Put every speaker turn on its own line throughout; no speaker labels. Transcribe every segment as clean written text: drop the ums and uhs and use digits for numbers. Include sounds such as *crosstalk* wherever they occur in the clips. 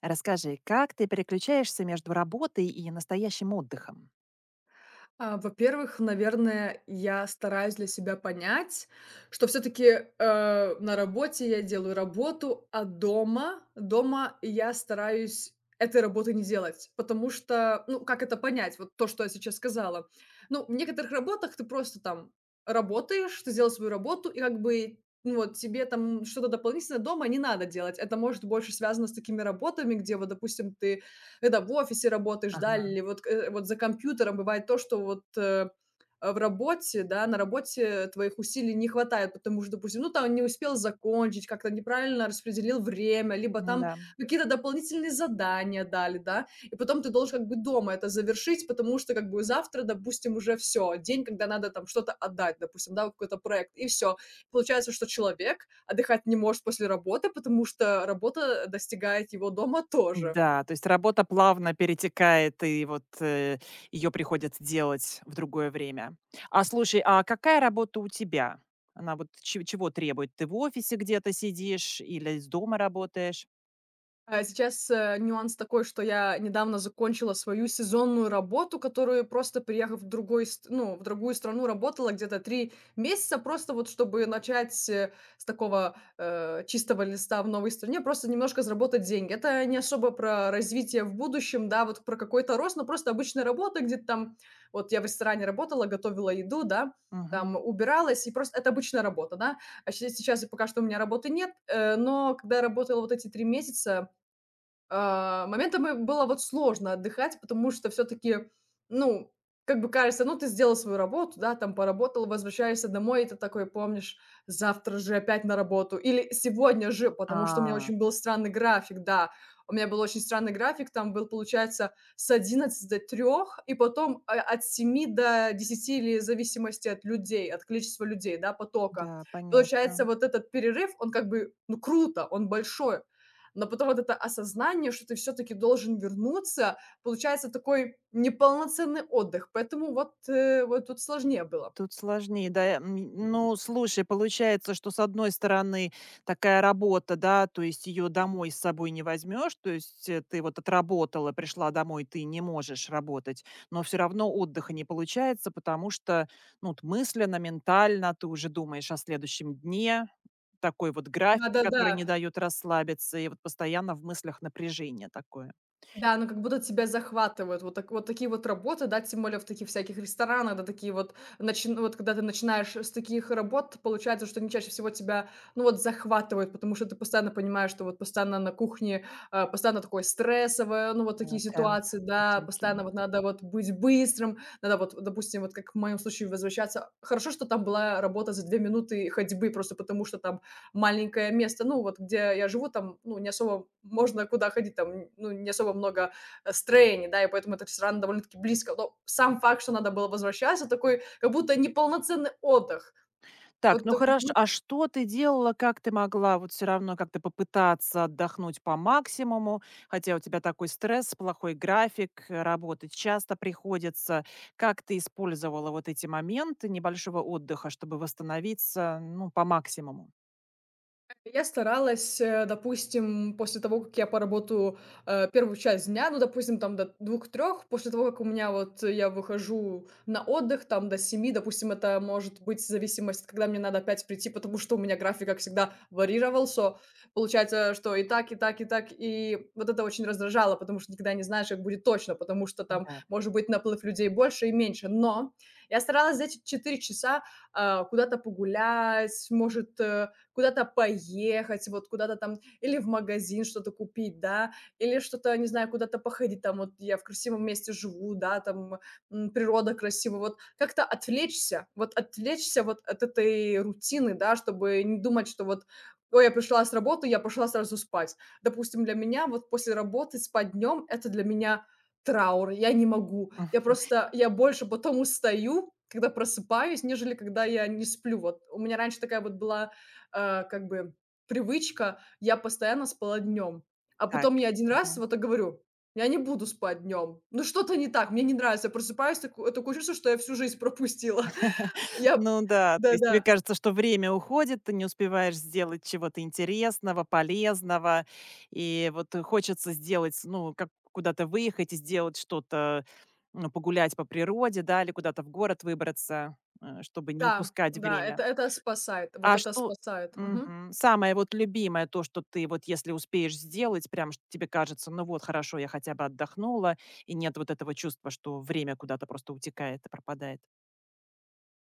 Расскажи, как ты переключаешься между работой и настоящим отдыхом?
А, во-первых, наверное, я стараюсь для себя понять, что все таки на работе я делаю работу, а дома я стараюсь этой работы не делать. Потому что, ну, как это понять? Вот то, что я сейчас сказала. Ну, в некоторых работах ты просто там работаешь, ты сделал свою работу, и как бы, ну, вот тебе там что-то дополнительное дома не надо делать. Это может больше связано с такими работами, где вот, допустим, ты когда в офисе работаешь, да,
Ага,
или вот, вот за компьютером бывает то, что вот в работе, да, на работе твоих усилий не хватает, потому что, допустим, ну, там не успел закончить, как-то неправильно распределил время, либо
ну
там
да.
какие-то дополнительные задания дали, да, и потом ты должен как бы дома это завершить, потому что как бы завтра, допустим, уже все, день, когда надо там что-то отдать, допустим, да, вот какой-то проект, и все. Получается, что человек отдыхать не может после работы, потому что работа достигает его дома тоже.
Да, то есть работа плавно перетекает, и вот ее приходится делать в другое время. А слушай, а какая работа у тебя? Она вот чего требует? Ты в офисе где-то сидишь или из дома работаешь?
А сейчас, нюанс такой, что я недавно закончила свою сезонную работу, которую просто приехав в другой ст ну, в другую страну, работала где-то 3 месяца, просто вот чтобы начать, с такого, чистого листа в новой стране, просто немножко заработать деньги. Это не особо про развитие в будущем, да, вот про какой-то рост, но просто обычная работа, где ты там вот я в ресторане работала, готовила еду, да,
Мгм.
там убиралась, и просто это обычная работа, да. А щ сейчас пока что у меня работы нет, но когда я работала вот эти 3 месяца, моментами было вот сложно отдыхать, потому что все таки ну, как бы кажется, ну, ты сделал свою работу, да, там поработал, возвращаешься домой, и ты такой помнишь: "Завтра же опять на работу" или "Сегодня же", потому что у меня
А,
очень был странный график, да. У меня был очень странный график, там был, получается, с одиннадцати до 3, и потом, от 7 до 10 или в зависимости от людей, от количества людей, да, потока.
да, понятно.
Получается, вот этот перерыв, он как бы, ну, круто, он большой. Но потом вот это осознание, что ты все таки должен вернуться, получается такой неполноценный отдых, поэтому вот, вот тут сложнее было.
Тут сложнее, да. М, ну, слушай, получается, что, с одной стороны, такая работа, да, то есть ее домой с собой не возьмешь, то есть, ты вот отработала, пришла домой, ты не можешь работать, но все равно отдыха не получается, потому что, ну, вот мысленно, ментально ты уже думаешь о следующем дне. Такой вот график,
Да-да-да.
который не даёт расслабиться, и вот постоянно в мыслях напряжение такое.
Да, ну как будто тебя захватывают. Вот так вот такие вот работы, да, тем более в таких всяких ресторанах, да, такие вот, начи вот когда ты начинаешь с таких работ, получается, что они чаще всего тебя, ну вот, захватывают, потому что ты постоянно понимаешь, что вот постоянно на кухне, постоянно такое стрессовое, ну вот
Да,
такие
темп
ситуации, да,
высокий.
постоянно вот надо вот быть быстрым, надо вот, допустим, вот как в моем случае возвращаться. Хорошо, что там была работа за 2 минуты ходьбы, просто потому что там маленькое место, ну, вот где я живу, там, ну, не особо можно куда ходить, там, ну, не особо много, строений, да, и поэтому этот ресторан довольно-таки близко. Но сам факт, что надо было возвращаться, такой как будто неполноценный отдых.
Так,
Вот,
ну хорошо. А что ты делала? Как ты могла вот все равно как-то попытаться отдохнуть по максимуму? Хотя у тебя такой стресс, плохой график, работать часто приходится. Как ты использовала вот эти моменты небольшого отдыха, чтобы восстановиться, ну, по максимуму?
я старалась, допустим, после того, как я поработаю, первую часть дня, ну, допустим, там до 2-3, после того, как у меня вот я выхожу на отдых, там до 7, допустим, это может быть зависимость, когда мне надо опять прийти, потому что у меня график, как всегда, варьировался. Получается, что и так, и так, и так, и вот это очень раздражало, потому что никогда не знаешь, как будет точно, потому что там
Да.
может быть наплыв людей больше и меньше. Но я старалась за эти 4 часа, куда-то погулять, может, куда-то поехать, вот куда-то там или в магазин что-то купить, да, или что-то, не знаю, куда-то походить, там вот я в красивом месте живу, да, там природа красивая, вот как-то отвлечься вот от этой рутины, да, чтобы не думать, что вот ой, я пришла с работы, я пошла сразу спать. Допустим, для меня вот после работы спать днем это для меня траур, я не могу.
М,
Я больше потом устаю, когда просыпаюсь, нежели когда я не сплю. Вот у меня раньше такая вот была, как бы, привычка, я постоянно спала днем. А
так.
потом я один раз вот так говорю: "Я не буду спать днем". Ну, что-то не так, мне не нравится. Я просыпаюсь, такое чувство, что я всю жизнь пропустила. *laughs* Я
Ну да, то есть тебе
Да-да,
кажется, что время уходит, ты не успеваешь сделать чего-то интересного, полезного, и вот хочется сделать, ну, как куда-то выехать и сделать что-то, ну, погулять по природе, да, или куда-то в город выбраться, чтобы не
да,
упускать
да,
время.
это спасает, вот
А
это
что.
спасает. Мгм.
Мгм. Самое вот любимое, то, что ты вот если успеешь сделать, прям что тебе кажется, ну вот хорошо, я хотя бы отдохнула, и нет вот этого чувства, что время куда-то просто утекает и пропадает.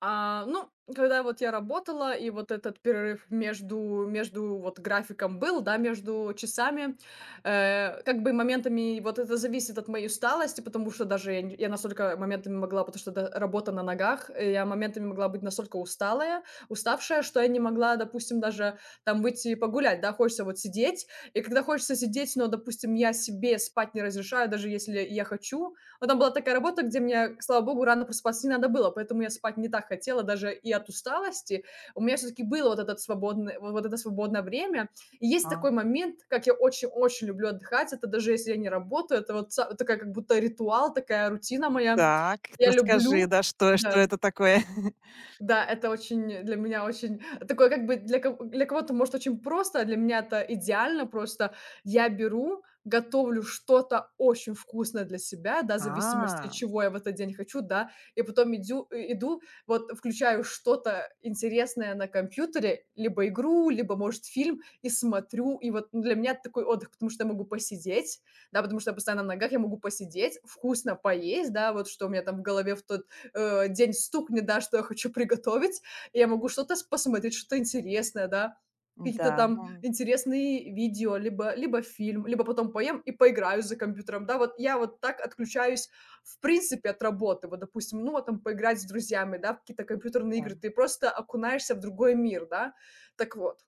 А, ну, когда вот я работала, и вот этот перерыв между, вот графиком был, да, между часами, как бы моментами вот это зависит от моей усталости, потому что даже я, я настолько моментами могла, потому что это работа на ногах, я моментами могла быть настолько усталая, уставшая, что я не могла, допустим, даже там выйти погулять, да, хочется вот сидеть, и когда хочется сидеть, но, допустим, я себе спать не разрешаю, даже если я хочу. Потом была такая работа, где мне, слава богу, рано просыпаться не надо было, поэтому я спать не так хотела даже и от усталости. У меня все-таки было вот этот свободный, вот это свободное время. И есть
А.
такой момент, как я очень-очень люблю отдыхать, это даже если я не работаю, это вот такая как будто ритуал, такая рутина моя.
Так,
Я
расскажи,
люблю,
да, что что
да.
это такое? *laughs*
Да, это очень для меня очень такое, как бы, для кого-то, может, очень просто, а для меня это идеально. Просто я беру, готовлю что-то очень вкусное для себя, да, в зависимости,
А,
чего я в этот день хочу, да, и потом иду, вот включаю что-то интересное на компьютере, либо игру, либо, может, фильм, и смотрю. И вот ну, для меня это такой отдых, потому что я могу посидеть, да, потому что я постоянно на ногах, я могу посидеть, вкусно поесть, да, вот что у меня там в голове в тот день стукнет, да, что я хочу приготовить, и я могу посмотреть, что-то интересное, да, какие-то
да,
там
ну
интересные видео, либо фильм, либо потом поем и поиграю за компьютером, да, вот я вот так отключаюсь, в принципе, от работы, вот, допустим, ну, вот там поиграть с друзьями, да, в какие-то компьютерные
да.
игры, ты просто окунаешься в другой мир, да, так вот,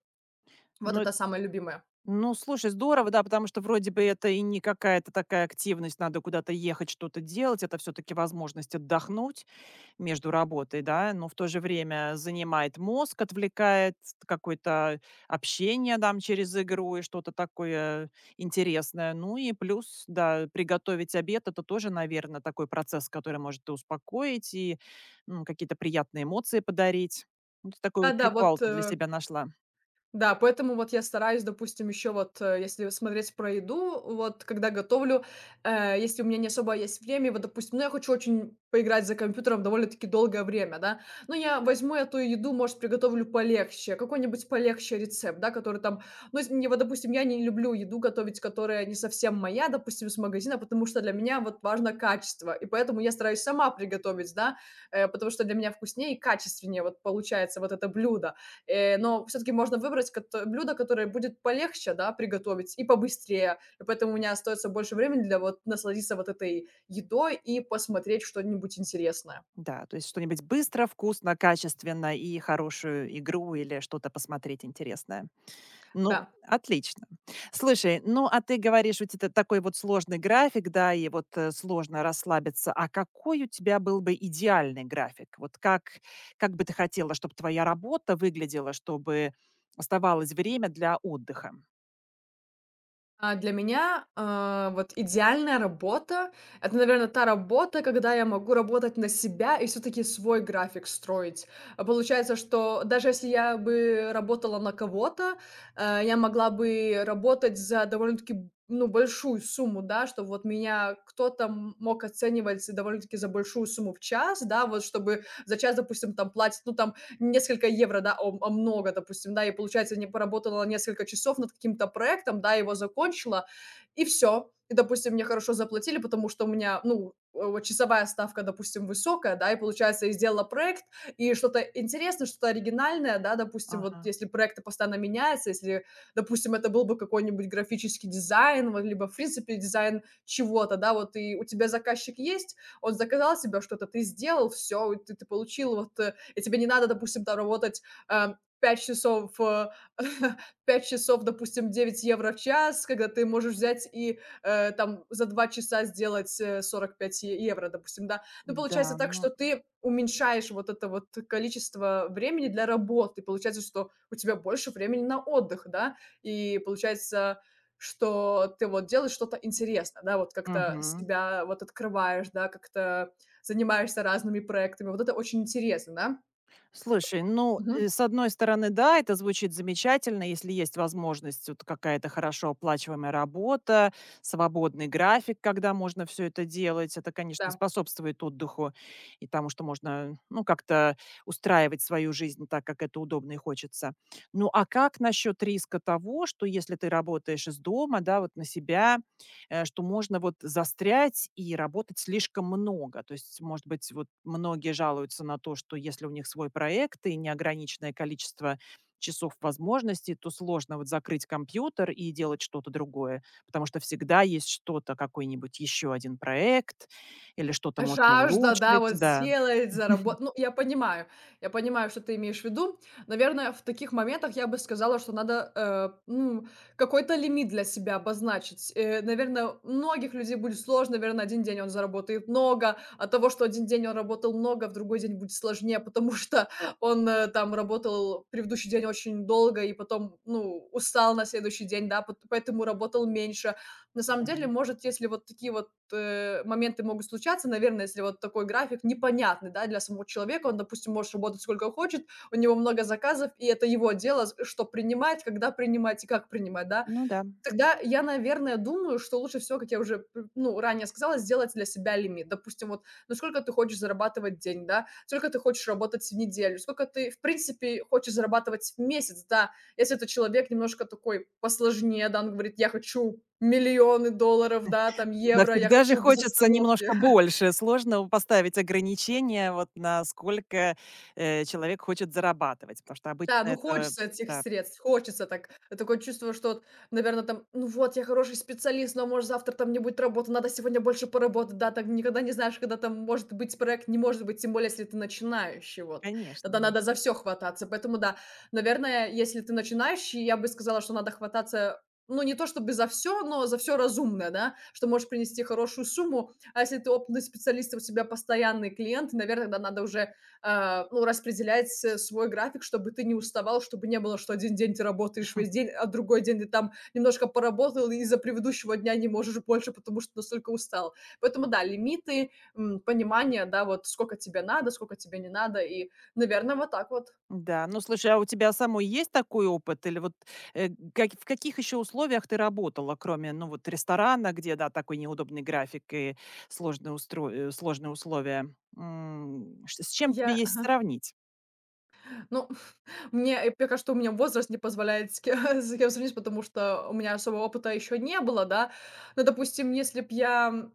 вот
Ну
это самое любимое.
ну, слушай, здорово, да, потому что вроде бы это и не какая-то такая активность, надо куда-то ехать, что-то делать. Это все таки возможность отдохнуть. Между работой, да, но в то же время занимает мозг, отвлекает какое-то общение там через игру и что-то такое интересное. Ну и плюс, да, приготовить обед- это тоже, наверное, такой процесс, который может и успокоить, и, ну, какие-то приятные эмоции подарить. Ну, ты такой вот
Да-да,
ритуал
вот,
ты для себя нашла.
да, поэтому вот я стараюсь, допустим, еще вот, если смотреть про еду, вот когда готовлю, если у меня не особо есть время, вот, допустим, ну, я хочу очень поиграть за компьютером довольно-таки долгое время, да, но я
Да.
возьму эту еду, может, приготовлю полегче, какой-нибудь полегче рецепт, да, который там, ну, с- не, вот, допустим, я не люблю еду готовить, которая не совсем моя, допустим, с магазина, потому что для меня вот важно качество, и поэтому я стараюсь сама приготовить, да, потому что для меня вкуснее и качественнее вот получается вот это блюдо. Но все таки можно выбрать кото блюдо, которое будет полегче, да, приготовить и побыстрее. И поэтому у меня остается больше времени для вот насладиться вот этой едой и посмотреть что-нибудь интересное.
Да, то есть что-нибудь быстро, вкусно, качественно и хорошую игру или что-то посмотреть интересное. Ну,
Да.
отлично. Слушай, ну, а ты говоришь, у тебя такой вот сложный график, да, и вот сложно расслабиться. А какой у тебя был бы идеальный график? Вот как бы ты хотела, чтобы твоя работа выглядела, чтобы оставалось время для отдыха?
А, для меня, вот идеальная работа — это, наверное, та работа, когда я могу работать на себя и все таки свой график строить. А получается, что даже если я бы работала на кого-то, я могла бы работать за довольно-таки, б ну, большую сумму, да, что вот меня кто-то мог оценивать довольно-таки за большую сумму в час, да, вот чтобы за час, допустим, там платить, ну, там несколько евро, да, о, а много, допустим, да, и получается, не поработала несколько часов над каким-то проектом, да, его закончила, и все. И, допустим, мне хорошо заплатили, потому что у меня, ну, вот часовая ставка, допустим, высокая, да, и получается, я сделала проект, и что-то интересное, что-то оригинальное, да, допустим, вот
Ага,
если проекты постоянно меняются, если, допустим, это был бы какой-нибудь графический дизайн, вот, либо, в принципе, дизайн чего-то, да, вот и у тебя заказчик есть, он заказал себе что-то, ты сделал, все, ты получил вот и тебе не надо, допустим, там работать, э, 5 часов, *laughs* 5 часов, допустим, 9 евро в час, когда ты можешь взять и, там за 2 часа сделать, 45 евро, допустим, да. Ну, получается
да,
так,
ну,
что ты уменьшаешь вот это вот количество времени для работы. Получается, что у тебя больше времени на отдых, да, и получается, что ты вот делаешь что-то интересное, да, вот как-то
мгм.
себя вот открываешь, да, как-то занимаешься разными проектами. Вот это очень интересно, да.
Слушай, ну,
Мгм.
с одной стороны, да, это звучит замечательно, если есть возможность, вот какая-то хорошо оплачиваемая работа, свободный график, когда можно все это делать. Это, конечно,
Да.
способствует отдыху и тому, что можно, ну, как-то устраивать свою жизнь так, как это удобно и хочется. Ну, а как насчет риска того, что если ты работаешь из дома, да, вот на себя, что можно вот застрять и работать слишком много. То есть, может быть, вот многие жалуются на то, что если у них свой проект и неограниченное количество часов возможностей, то сложно вот закрыть компьютер и делать что-то другое, потому что всегда есть что-то, какой-нибудь еще один проект или что-то
А
можно
жажда, да,
улучшить,
вот
да.
сделать, заработ ну, я понимаю, что ты имеешь в виду. Наверное, в таких моментах я бы сказала, что надо, ну, какой-то лимит для себя обозначить. Наверное, многих людей будет сложно, наверное, один день он заработает много, от того, что один день он работал много, в другой день будет сложнее, потому *laughs* что он, там работал предыдущий день очень долго и потом, ну, устал на следующий день, да, поэтому работал меньше. На самом деле, может, если вот такие вот моменты могут случаться, наверное, если вот такой график непонятный, да, для самого человека. Он, допустим, может работать сколько хочет, у него много заказов, и это его дело, что принимать, когда принимать и как принимать, да.
Ну да.
Тогда я, наверное, думаю, что лучше всего, как я уже, ну, ранее сказала, сделать для себя лимит. Допустим, вот, ну, сколько ты хочешь зарабатывать в день, да, сколько ты хочешь работать в неделю, сколько ты, в принципе, хочешь зарабатывать в месяц, да. Если это человек немножко такой посложнее, да, он говорит: "Я хочу миллионы долларов, да, там,
Да,
евро, я
всегда же
хочу без
хочется
остановки".
немножко
*laughs*
больше. Сложно поставить ограничения, вот насколько, человек хочет зарабатывать, потому что
Да,
обычно
ну
это
хочется этих
да.
средств, хочется так. Такое чувство, что вот, наверно, там, ну вот я хороший специалист, но может завтра там не будет работы, надо сегодня больше поработать. Да, там никогда не знаешь, когда там может быть проект, не может быть, тем более, если ты начинающий, вот.
Конечно,
Тогда
да.
надо за все хвататься. Поэтому да, наверное, если ты начинающий, я бы сказала, что надо хвататься, ну, не то чтобы за все, но за все разумное, да, что может принести хорошую сумму. А если ты опытный специалист, у тебя постоянный клиент, наверное, тогда надо уже ну, распределять с свой график, чтобы ты не уставал, чтобы не было, что один день ты работаешь весь день,
*laughs*
а другой день ты там немножко поработал и из-за предыдущего дня не можешь больше, потому что настолько устал. Поэтому да, лимиты, понимание, да, вот сколько тебе надо, сколько тебе не надо. И, наверное, вот так вот.
Да, ну слушай, а у тебя самой есть такой опыт? Или вот, как в каких еще условиях ты работала, кроме, ну, вот ресторана, где, да, такой неудобный график и сложные сложные условия? М, ш с чем тебе
Я
есть сравнить?
*laughs* ну, Мне пока что у меня возраст не позволяет с ке *laughs* с кем сравнить, потому что у меня особого опыта еще не было, да. Но, допустим, если б я,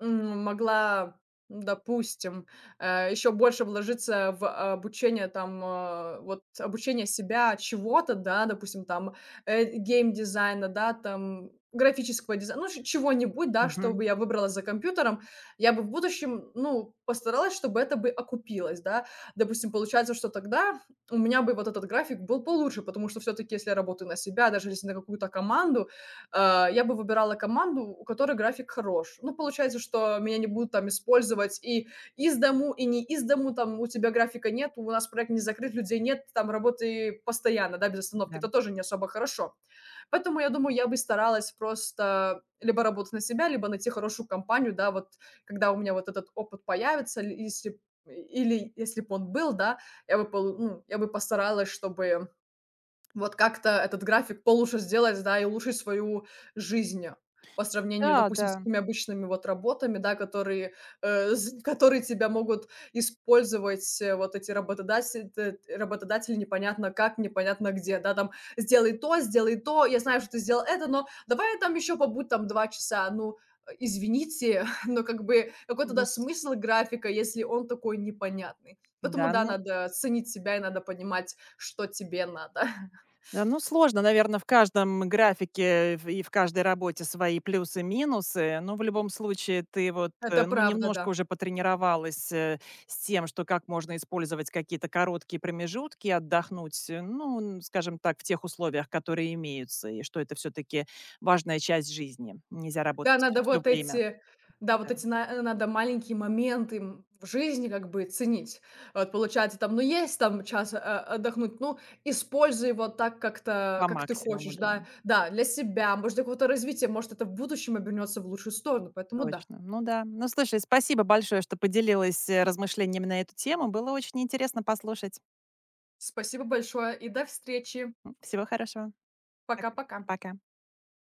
могла, допустим, еще больше вложиться в обучение, там, вот обучение себя чего-то, да, допустим, там, геймдизайна, да, там, графического дизайна, ну, ч чего-нибудь, да, чтобы
Мгм,
я выбрала за компьютером, я бы в будущем, ну, постаралась, чтобы это бы окупилось, да. Допустим, получается, что тогда у меня бы вот этот график был получше, потому что все таки если я работаю на себя, даже если на какую-то команду, я бы выбирала команду, у которой график хорош. Ну, получается, что меня не будут там использовать и из дому, и не из дому, там: "У тебя графика нет, у нас проект не закрыт, людей нет, там работы постоянно, да, без остановки".
да.
Это тоже не особо хорошо. Поэтому, я думаю, я бы старалась просто либо работать на себя, либо найти хорошую компанию, да, вот когда у меня вот этот опыт появится, ли если или если б он был, да, я бы постаралась, чтобы вот как-то этот график получше сделать, да, и улучшить свою жизнь по сравнению,
Да,
допустим, с
да.
такими обычными вот работами, да, которые, э, з которые тебя могут использовать, вот эти работодатель т работодатели непонятно как, непонятно где, да, там: сделай то, я знаю, что ты сделал это, но давай там еще побудь там 2 часа". Ну, извините, *laughs* но как бы какой
Ну
тогда
с
смысл графика, если он такой непонятный? Поэтому,
да,
да,
ну.
надо ценить себя и надо понимать, что тебе надо.
Да, ну, сложно, наверное, в каждом графике в каждой работе свои плюсы, и минусы. Но в любом случае ты вот,
Это
ну,
правда,
немножко
да.
уже потренировалась, с тем, что как можно использовать какие-то короткие промежутки, отдохнуть, ну, н скажем так, в тех условиях, которые имеются, и что это все таки важная часть жизни. Нельзя работать
Да, надо
все
вот
время,
эти да, вот
да,
эти на надо маленькие моменты, в жизни как бы ценить. Вот получается, там, ну, есть там час, отдохнуть, ну, используй его так как-то,
по
как ты
максимуму,
хочешь,
да,
да. Да, для себя, может, для какого-то развития, может, это в будущем обернется в лучшую сторону, поэтому да.
точно. Ну да. Ну, слушай, спасибо большое, что поделилась, размышлениями на эту тему. Было очень интересно послушать.
Спасибо большое и до встречи.
М, всего хорошего. Так и
Пока-пока.
пока.